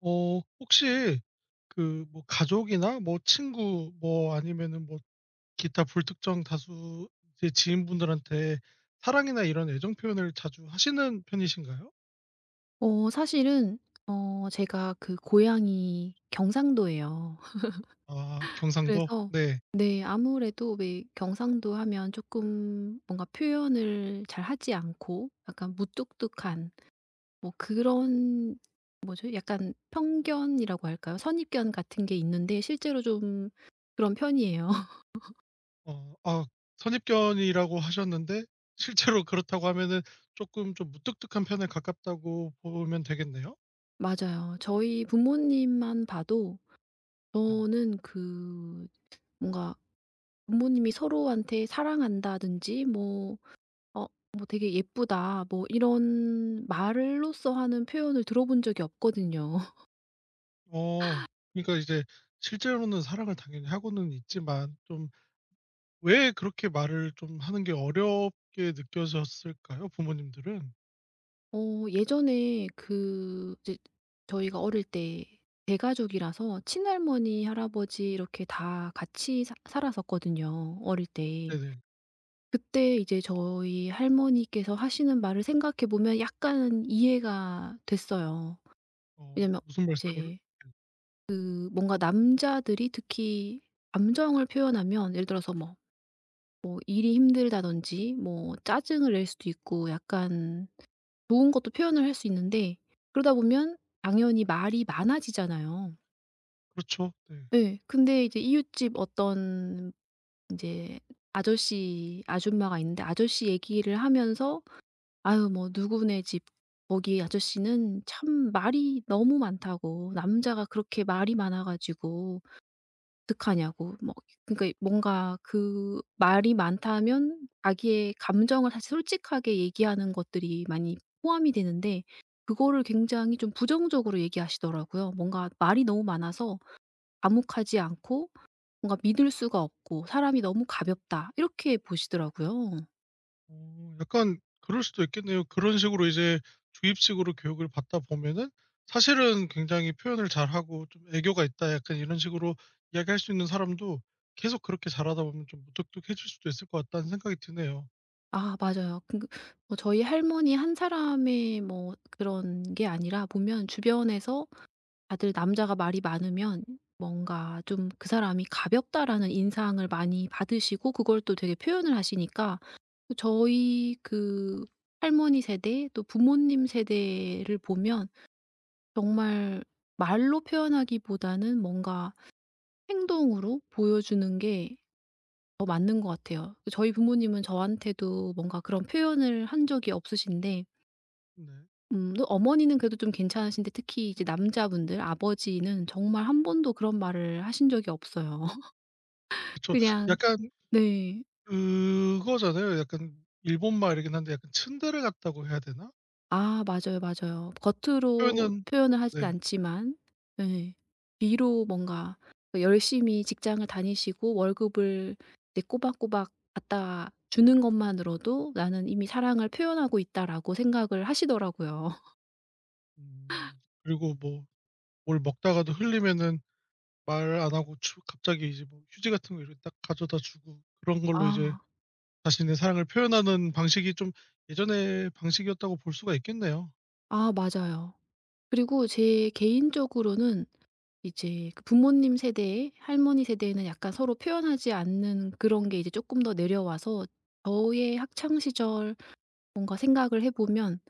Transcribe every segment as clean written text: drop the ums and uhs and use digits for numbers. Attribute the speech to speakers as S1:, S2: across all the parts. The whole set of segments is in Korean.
S1: 혹시 가족이나 뭐 친구 뭐 아니면은 뭐 기타 불특정 다수 이제 지인분들한테 사랑이나 이런 애정 표현을 자주 하시는 편이신가요?
S2: 사실은 제가 그 고향이 경상도예요.
S1: 아 경상도?
S2: 그래서
S1: 네.
S2: 네, 아무래도 왜 경상도 하면 조금 뭔가 표현을 잘 하지 않고 약간 무뚝뚝한 뭐 그런, 뭐죠? 약간 편견이라고 할까요? 선입견 같은 게 있는데 실제로 좀 그런 편이에요.
S1: 어 아 선입견이라고 하셨는데 실제로 그렇다고 하면은 조금 좀 무뚝뚝한 편에 가깝다고 보면 되겠네요?
S2: 맞아요. 저희 부모님만 봐도
S1: 네.
S2: 저는 그 뭔가 부모님이 서로한테 사랑한다든지 뭐 어 뭐 되게 "예쁘다" 뭐 이런 말로써 하는 표현을 들어본 적이 없거든요.
S1: 어 그러니까 이제 실제로는 사랑을 당연히 하고는 있지만 좀 왜 그렇게 말을 좀 하는 게 어렵게 느껴졌을까요? 부모님들은?
S2: 예전에 그 이제 저희가 어릴 때 대가족이라서 친할머니, 할아버지 이렇게 다 같이 사 살았었거든요, 어릴 때.
S1: 네네.
S2: 그때 이제 저희 할머니께서 하시는 말을 생각해 보면 약간 이해가 됐어요.
S1: 어
S2: 왜냐면
S1: 무슨 말씀을
S2: 이제 그 뭔가 남자들이 특히 감정을 표현하면, 예를 들어서 뭐 일이 힘들다든지 뭐 짜증을 낼 수도 있고, 약간 좋은 것도 표현을 할 수 있는데, 그러다 보면 당연히 말이 많아지잖아요.
S1: 그렇죠. 네.
S2: 예. 근데 이제 이웃집 어떤 인제 아저씨 아줌마가 있는데, 아저씨 얘기를 하면서 아유 뭐 누구네 집 거기 아저씨는 참 말이 너무 많다고, 남자가 그렇게 말이 많아 가지고 어떡하냐고. 뭐 그러니까 뭔가 그 말이 많다면 자기의 감정을 사실 솔직하게 얘기하는 것들이 많이 포함이 되는데, 그거를 굉장히 좀 부정적으로 얘기하시더라고요. 뭔가 말이 너무 많아서 암묵하지 않고 뭔가 믿을 수가 없고 사람이 너무 가볍다, 이렇게 보시더라고요.
S1: 약간 그럴 수도 있겠네요. 그런 식으로 이제 주입식으로 교육을 받다 보면은 사실은 굉장히 표현을 잘하고 좀 애교가 있다 약간 이런 식으로 이야기할 수 있는 사람도 계속 그렇게 잘하다 보면 좀 무뚝뚝해질 수도 있을 것 같다는 생각이 드네요.
S2: 아 맞아요. 그 뭐 저희 할머니 한 사람의 뭐 그런 게 아니라 보면 주변에서 다들 남자가 말이 많으면 뭔가 좀 '그 사람이 가볍다'라는 인상을 많이 받으시고 그걸 또 되게 표현을 하시니까, 그 저희 그 할머니 세대 또 부모님 세대를 보면 정말 말로 표현하기보다는 뭔가 행동으로 보여주는 게 더 맞는 것 같아요. 저희 부모님은 저한테도 뭔가 그런 표현을 한 적이 없으신데,
S1: 네.
S2: 또 어머니는 그래도 좀 괜찮으신데, 특히 이제 남자분들 아버지는 정말 한 번도 그런 말을 하신 적이 없어요.
S1: 그쵸.
S2: 그냥
S1: 약간
S2: 네.
S1: 그거잖아요. 약간 일본말이긴 한데 약간 츤데레 같다고 해야 되나?
S2: 아 맞아요, 맞아요. 겉으로
S1: 표현은
S2: 표현을
S1: 네.
S2: 하진 않지만, 네, 뒤로 뭔가 열심히 직장을 다니시고 월급을 이제 꼬박꼬박 갖다 주는 것만으로도 '나는 이미 사랑을 표현하고 있다'라고 생각을 하시더라고요.
S1: 그리고 뭐 뭘 먹다가도 흘리면은 말 안 하고 주 갑자기 이제 뭐 휴지 같은 거 이렇게 딱 가져다 주고 그런 걸로 이제
S2: 아.
S1: 자신의 사랑을 표현하는 방식이 좀 예전의 방식이었다고 볼 수가 있겠네요.
S2: 아 맞아요. 그리고 제 개인적으로는 이제 그 부모님 세대, 할머니 세대에는 약간 서로 표현하지 않는 그런 게 이제 쪼끔 더 내려와서 저의 학창 시절 뭔가 생각을 해 보면,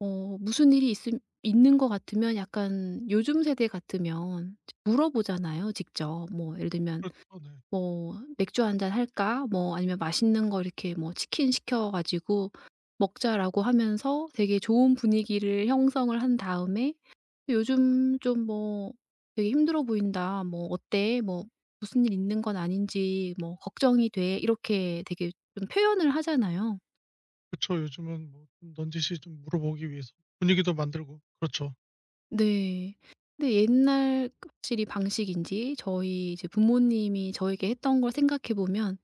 S2: 무슨 일이 있음 있는 것 같으면 약간 요즘 세대 같으면 이제 물어보잖아요, 직접. 뭐 예를 들면
S1: 그렇죠. 네.
S2: 뭐 "맥주 한잔 할까?" 뭐 아니면 맛있는 거 이렇게 뭐 치킨 시켜 가지고 "먹자"라고 하면서 되게 좋은 분위기를 형성을 한 다음에 그 요즘 좀 뭐 "되게 힘들어 보인다" 뭐 "어때?" 뭐 "무슨 일 있는 건 아닌지" 뭐 "걱정이 돼" 이렇게 되게 좀 표현을 하잖아요.
S1: 그쵸. 요즘은 뭐 좀 넌지시 좀 물어보기 위해서 분위기도 만들고 그렇죠.
S2: 네. 근데 옛날 확실히 방식인지, 저희 이제 부모님이 저에게 했던 걸 생각해 보면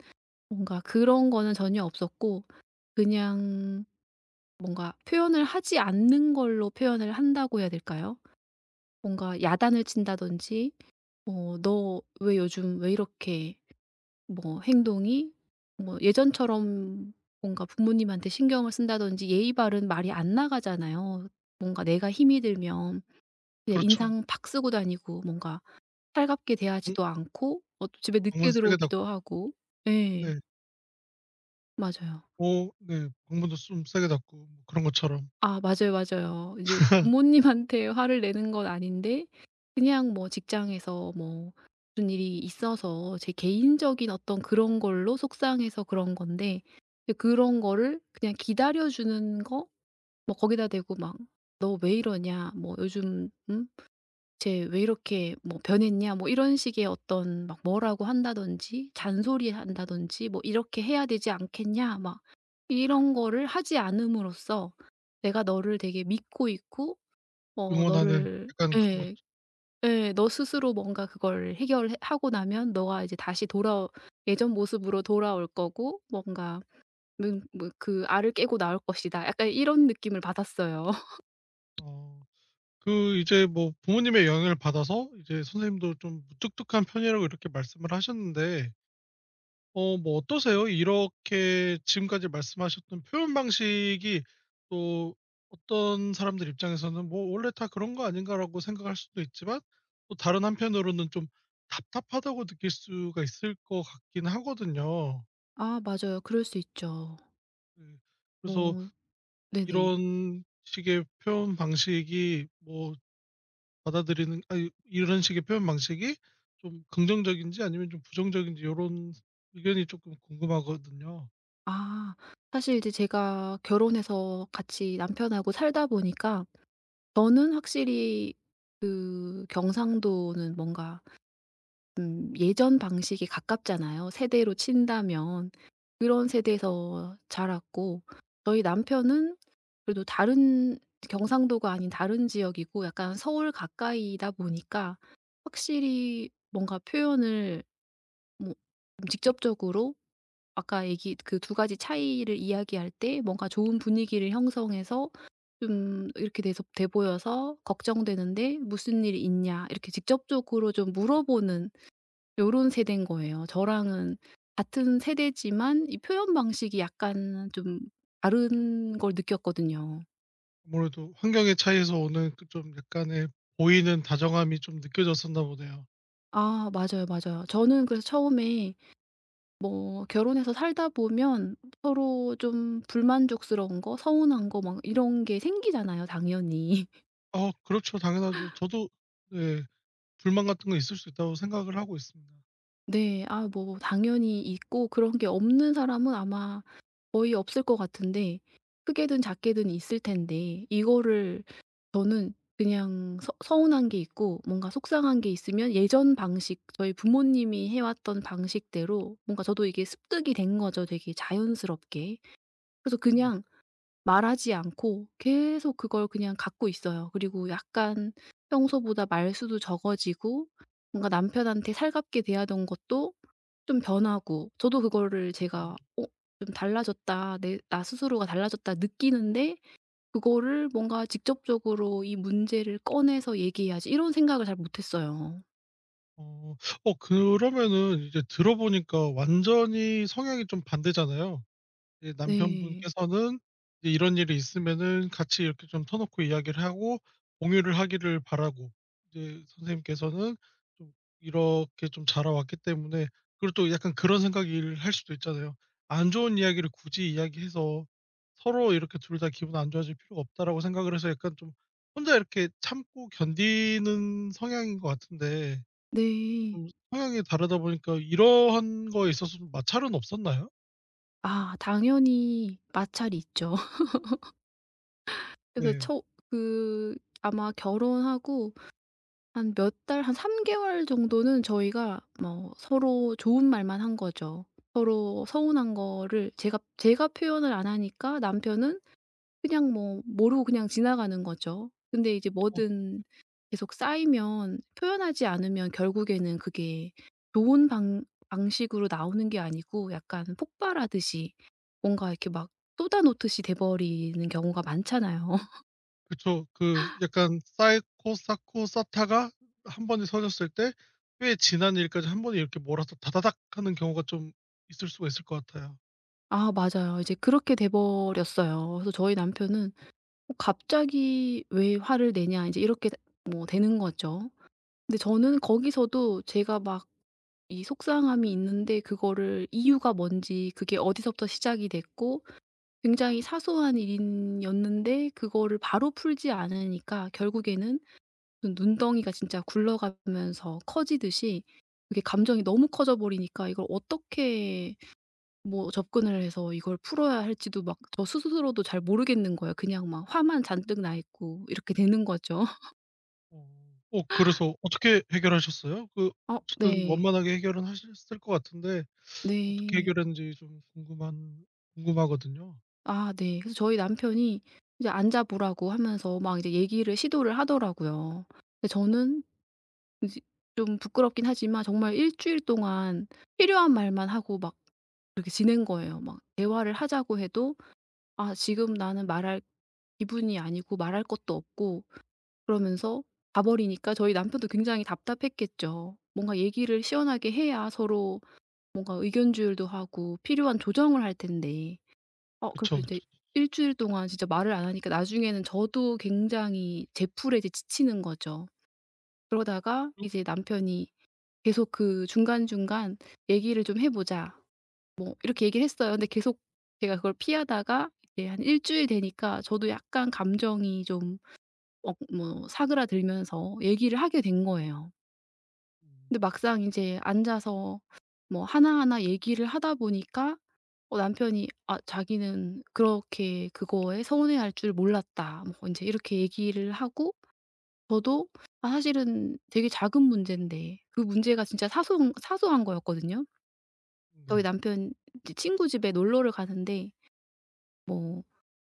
S2: 뭔가 그런 거는 전혀 없었고, 그냥 뭔가 표현을 하지 않는 걸로 표현을 한다고 해야 될까요? 뭔가 야단을 친다든지 뭐 "너 왜 요즘 왜 이렇게" 뭐 행동이 뭐 예전처럼 뭔가 부모님한테 신경을 쓴다든지 예의 바른 말이 안 나가잖아요. 뭔가 내가 힘이 들면 그냥
S1: 그렇죠.
S2: 인상 팍 쓰고 다니고 뭔가 살갑게
S1: 방
S2: 대하지도 않고, 또 집에
S1: 방문
S2: 늦게
S1: 세게 닫고
S2: 들어오기도 하고. 예.
S1: 네.
S2: 맞아요.
S1: 어 네. 방문도 좀 세게 닫고 뭐 그런 것처럼
S2: 아 맞아요, 맞아요. 이제 부모님한테 화를 내는 건 아닌데 그냥 뭐 직장에서 뭐 무슨 일이 있어서 제 개인적인 어떤 그런 걸로 속상해서 그런 건데, 이제 그런 거를 그냥 기다려 주는 거. 뭐 거기다 대고 막 "너 왜 이러냐" 뭐 "요즘 응? 쟤 왜 이렇게 뭐 변했냐" 뭐 이런 식의 어떤 막 뭐라고 한다든지 잔소리한다든지 뭐 "이렇게 해야 되지 않겠냐" 막 이런 거를 하지 않음으로써 내가 너를 되게 믿고 있고
S1: 응원하는
S2: 너를,
S1: 약간 그런 것
S2: 예. 예. 너 스스로 뭔가 그걸 해결해 하고 나면 너가 이제 다시 돌아 예전 모습으로 돌아올 거고 뭔가 문 뭐 그 알을 깨고 나올 것이다, 약간 이런 느낌을 받았어요.
S1: 어. 그 이제 뭐 부모님의 영향을 받아서 이제 선생님도 좀 무뚝뚝한 편이라고 이렇게 말씀을 하셨는데 어 뭐 어떠세요? 이렇게 지금까지 말씀하셨던 표현 방식이 또 어떤 사람들 입장에서는 '뭐 원래 다 그런 거 아닌가.'라고 생각할 수도 있지만 또 다른 한편으로는 좀 답답하다고 느낄 수가 있을 것 같긴 하거든요.
S2: 아 맞아요. 그럴 수 있죠.
S1: 그 그래서
S2: 뭐 네네.
S1: 이런 식의 표현 방식이 뭐 받아들이는 아 이 런 식의 표현 방식이 좀 긍정적인지 아니면 좀 부정적인지 요런 의견이 쪼끔 궁금하거든요.
S2: 아. 사실 이제 제가 결혼해서 같이 남편하고 살다 보니까 저는 확실히 그 경상도는 뭔가 예전 방식이 가깝잖아요, 세대로 친다면. 그런 세대에서 자랐고, 저희 남편은 그래도 다른, 경상도가 아닌 다른 지역이고 약간 서울 가까이다 보니까 확실히 뭔가 표현을 뭐 직접적으로, 아까 얘기 그 두 가지 차이를 이야기할 때 뭔가 좋은 분위기를 형성해서 좀 이렇게 돼서 돼 보여서 "걱정되는데 무슨 일이 있냐?" 이렇게 직접적으로 좀 물어보는 요런 세대인 거예요. 저랑은 같은 세대지만 이 표현 방식이 약간 좀 다른 걸 느꼈거든요.
S1: 아무래도 환경의 차이에서 오는 그 좀 약간의 보이는 다정함이 좀 느껴졌었나 보네요.
S2: 아 맞아요, 맞아요. 저는 그래서 처음에 뭐 결혼해서 살다 보면 서로 좀 불만족스러운 거, 서운한 거 막 이런 게 생기잖아요, 당연히.
S1: 어 그렇죠. 당연하죠. 저도 네 불만 같은 거 있을 수 있다고 생각을 하고 있습니다.
S2: 네. 아 뭐 당연히 있고, 그런 게 없는 사람은 아마 거의 없을 것 같은데, 크게든 작게든 있을 텐데 이거를 저는 그냥 서 서운한 게 있고 뭔가 속상한 게 있으면 예전 방식, 저희 부모님이 해 왔던 방식대로 뭔가 저도 이게 습득이 된 거죠, 되게 자연스럽게. 그래서
S1: 네.
S2: 그냥 말하지 않고 계속 그걸 그냥 갖고 있어요. 그리고 약간 평소보다 말수도 적어지고 뭔가 남편한테 살갑게 대하던 것도 좀 변하고, 저도 그거를 제가 좀 달라졌다. 내 나 스스로가 달라졌다' 느끼는데 그거를 뭔가 '직접적으로 이 문제를 꺼내서 얘기해야지' 이런 생각을 잘 못 했어요.
S1: 어. 어 그러면은 이제 들어 보니까 완전히 성향이 좀 반대잖아요. 이제
S2: 네.
S1: 남편분께서는 이제 이런 일이 있으면은 같이 이렇게 좀 터 놓고 이야기를 하고 공유를 하기를 바라고 이제 선생님께서는 좀 이렇게 좀 자라왔기 때문에 그리고 또 약간 그런 생각을 할 수도 있잖아요. '안 좋은 이야기를 굳이 이야기해서 서로 이렇게 둘 다 기분 안 좋아질 필요가 없다.'라고 생각을 해서 약간 좀 혼자 이렇게 참고 견디는 성향인 것 같은데
S2: 네.
S1: 좀 성향이 다르다 보니까 이러한 거에 있어서 좀 마찰은 없었나요?
S2: 아 당연히 마찰이 있죠. 그래서
S1: 네.
S2: 처 그 아마 결혼하고 한 몇 달, 한 3개월 개월 정도는 저희가 뭐 서로 좋은 말만 한 거죠. 서로 서운한 거를 제가 표현을 안 하니까 남편은 그냥 뭐 모르고 그냥 지나가는 거죠. 근데 이제 뭐든 계속 쌓이면, 표현하지 않으면 결국에는 그게 좋은 방 방식으로 나오는 게 아니고 약간 폭발하듯이 뭔가 이렇게 막 쏟아놓듯이 돼 버리는 경우가 많잖아요.
S1: 그쵸. 그 약간 쌓고, 쌓고 쌓다가 한 번에 서졌을 때 꽤 지난 일까지 한 번에 이렇게 몰아서 다다닥 하는 경우가 좀 있을 수가 있을 것 같아요.
S2: 아 맞아요. 이제 그렇게 돼 버렸어요. 그래서 저희 남편은 갑자기 "왜 화를 내냐" 이제 이렇게 뭐 되는 거죠. 근데 저는 거기서도 제가 막 이 속상함이 있는데 그거를 이유가 뭔지, 그게 어디서부터 시작이 됐고, 굉장히 사소한 일이었는데 그거를 바로 풀지 않으니까 결국에는 눈 눈덩이가 진짜 굴러가면서 커지듯이 그게 감정이 너무 커져 버리니까 이걸 어떻게 뭐 접근을 해서 이걸 풀어야 할지도 막 저 스스로도 잘 모르겠는 거예요. 그냥 막 화만 잔뜩 나 있고 이렇게 되는 거죠.
S1: 어. 어 그래서 어떻게 해결하셨어요? 그 어쨌든
S2: 네.
S1: 원만하게 해결은 하셨을 것 같은데 어떻게
S2: 네.
S1: 해결했는지 좀 궁금한 궁금하거든요.
S2: 아 네. 그래서 저희 남편이 이제 "안 잡으라고" 하면서 막 이제 얘기를 시도를 하더라고요. 근데 저는 제좀 부끄럽긴 하지만 정말 일 주일 동안 필요한 말만 하고 막 그렇게 지낸 거예요. 막 대화를 하자고 해도 "아 지금 나는 말할 기분이 아니고 말할 것도 없고" 그러면서 가버리니까 저희 남편도 굉장히 답답했겠죠. 뭔가 얘기를 시원하게 해야 서로 뭔가 의견 주율도 하고 필요한 조정을 할 텐데. 그래서
S1: 그쵸, 그쵸.
S2: 이제 일 주일 동안 진짜 말을 안 하니까 나중에는 저도 굉장히 제풀에 이제 지치는 거죠. 그러다가
S1: 그
S2: 이제 남편이 계속 그 중간중간 "얘기를 좀 해 보자" 뭐 이렇게 얘기를 했어요. 근데 계속 제가 그걸 피하다가 이제 한 일 주일 되니까 저도 약간 감정이 좀 뭐 사그라들면서 얘기를 하게 된 거예요.
S1: 음.
S2: 근데 막상 인제 앉아서 뭐 하나하나 얘기를 하다 보니까 남편이 "아 자기는 그렇게 그거에 서운해할 줄 몰랐다" 뭐 인제 이렇게 얘기를 하고, 저도 아 사실은 되게 작은 문제인데 그 문제가 진짜 사소한 사소한 거였거든요. 저희
S1: 네.
S2: 남편 이제 친구 집에 놀러를 가는데 뭐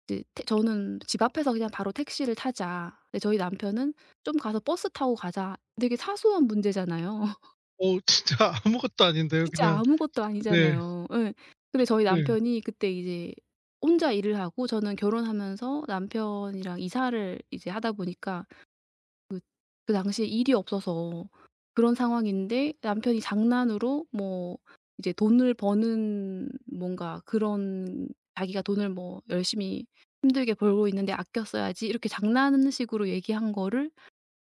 S2: 이제 태 저는 집 앞에서 그냥 바로 택시를 타자. 근데 저희 남편은 "좀 가서 버스 타고 가자." 되게 사소한 문제잖아요.
S1: 어 진짜 아무것도 아닌데요.
S2: 진짜
S1: 그냥
S2: 아무것도
S1: 네.
S2: 아니잖아요. 예. 근데 저희
S1: 네.
S2: 남편이 그때 이제 혼자 일을 하고 저는 결혼하면서 남편이랑 이사를 이제 하다 보니까 그 당시에 일이 없어서 그런 상황인데, 남편이 장난으로 뭐 이제 돈을 버는 뭔가 그런, 자기가 돈을 뭐 열심히 힘들게 벌고 있는데 아껴 써야지 이렇게 장난식으로 얘기한 거를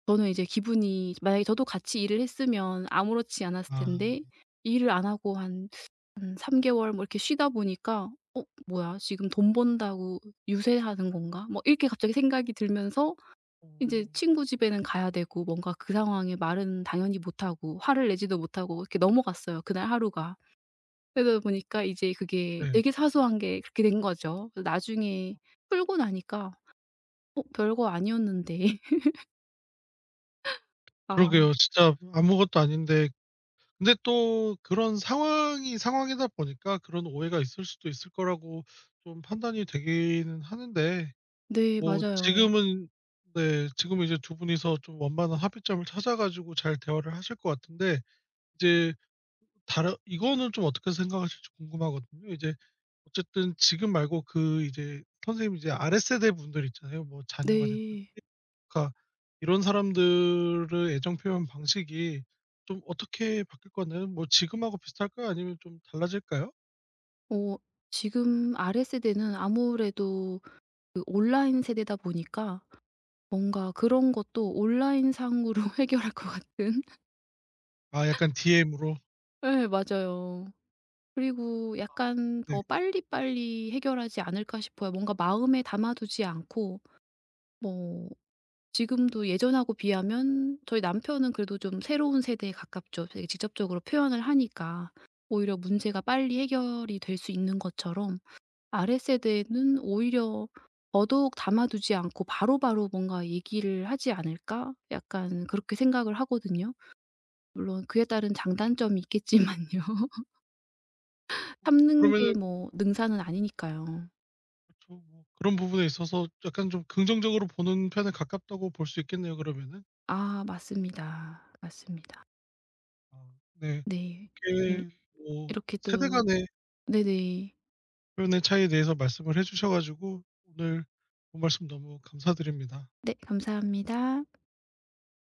S2: 저는 이제 기분이, 만약에 저도 같이 일을 했으면 아무렇지 않았을
S1: 아.
S2: 텐데 일을 안 하고 한 한 3개월 개월 뭐 이렇게 쉬다 보니까 뭐야 지금 돈 번다고 유세하는 건가?' 뭐 이렇게 갑자기 생각이 들면서
S1: 어.
S2: 이제 친구 집에는 가야 되고 뭔가 그 상황에 말은 당연히 못하고 화를 내지도 못하고 이렇게 넘어갔어요, 그날 하루가. 그러다 보니까 이제 그게
S1: 네.
S2: 되게 사소한 게 그렇게 된 거죠. 그래서 나중에 풀고 나니까 별거 아니었는데.'
S1: 그러게요.
S2: 아
S1: 진짜 아무것도 아닌데 근데 또 그런 상황이 상황이다 보니까 그런 오해가 있을 수도 있을 거라고 좀 판단이 되기는 하는데
S2: 네
S1: 뭐
S2: 맞아요.
S1: 지금은 네 지금은 이제 두 분이서 좀 원만한 합의점을 찾아 가지고 잘 대화를 하실 것 같은데 이제 다른 이거는 좀 어떻게 생각하실지 궁금하거든요. 이제 어쨌든 지금 말고 그 이제 선생님 이제 아랫세대 분들 있잖아요. 뭐 자녀가 됐든
S2: 네.
S1: 그러니까 이런 사람들의 애정 표현 방식이 좀 어떻게 바뀔 것 같나요? 뭐 지금하고 비슷할까요? 아니면 좀 달라질까요?
S2: 어 지금 아래 세대는 아무래도 그 온라인 세대다 보니까 뭔가 그런 것도 온라인상으로 해결할 것 같은.
S1: 아 약간 DM으로.
S2: 네, 맞아요. 그리고 약간
S1: 네.
S2: 더 빨리빨리 해결하지 않을까 싶어요. 뭔가 마음에 담아두지 않고 뭐 지금도 예전하고 비하면 저희 남편은 그래도 좀 새로운 세대에 가깝죠. 되게 직접적으로 표현을 하니까 오히려 문제가 빨리 해결이 될 수 있는 것처럼 아래 세대는 오히려 더더욱 담아두지 않고 바로바로 뭔가 얘기를 하지 않을까, 약간 그렇게 생각을 하거든요. 물론 그에 따른 장단점이 있겠지만요.
S1: 어
S2: 참는 게
S1: 그러면은
S2: 뭐 능사는 아니니까요.
S1: 그쵸. 뭐 그런 부분에 있어서 약간 좀 긍정적으로 보는 편에 가깝다고 볼 수 있겠네요 그러면은.
S2: 아 맞습니다. 맞습니다.
S1: 아 네.
S2: 네. 오늘
S1: 이렇게 뭐
S2: 이렇게
S1: 세대
S2: 또
S1: 간의
S2: 네네.
S1: 표현의 차이에 대해서 말씀을 해 주셔 가지고 오늘 좋은 말씀 너무 감사드립니다.
S2: 네 감사합니다.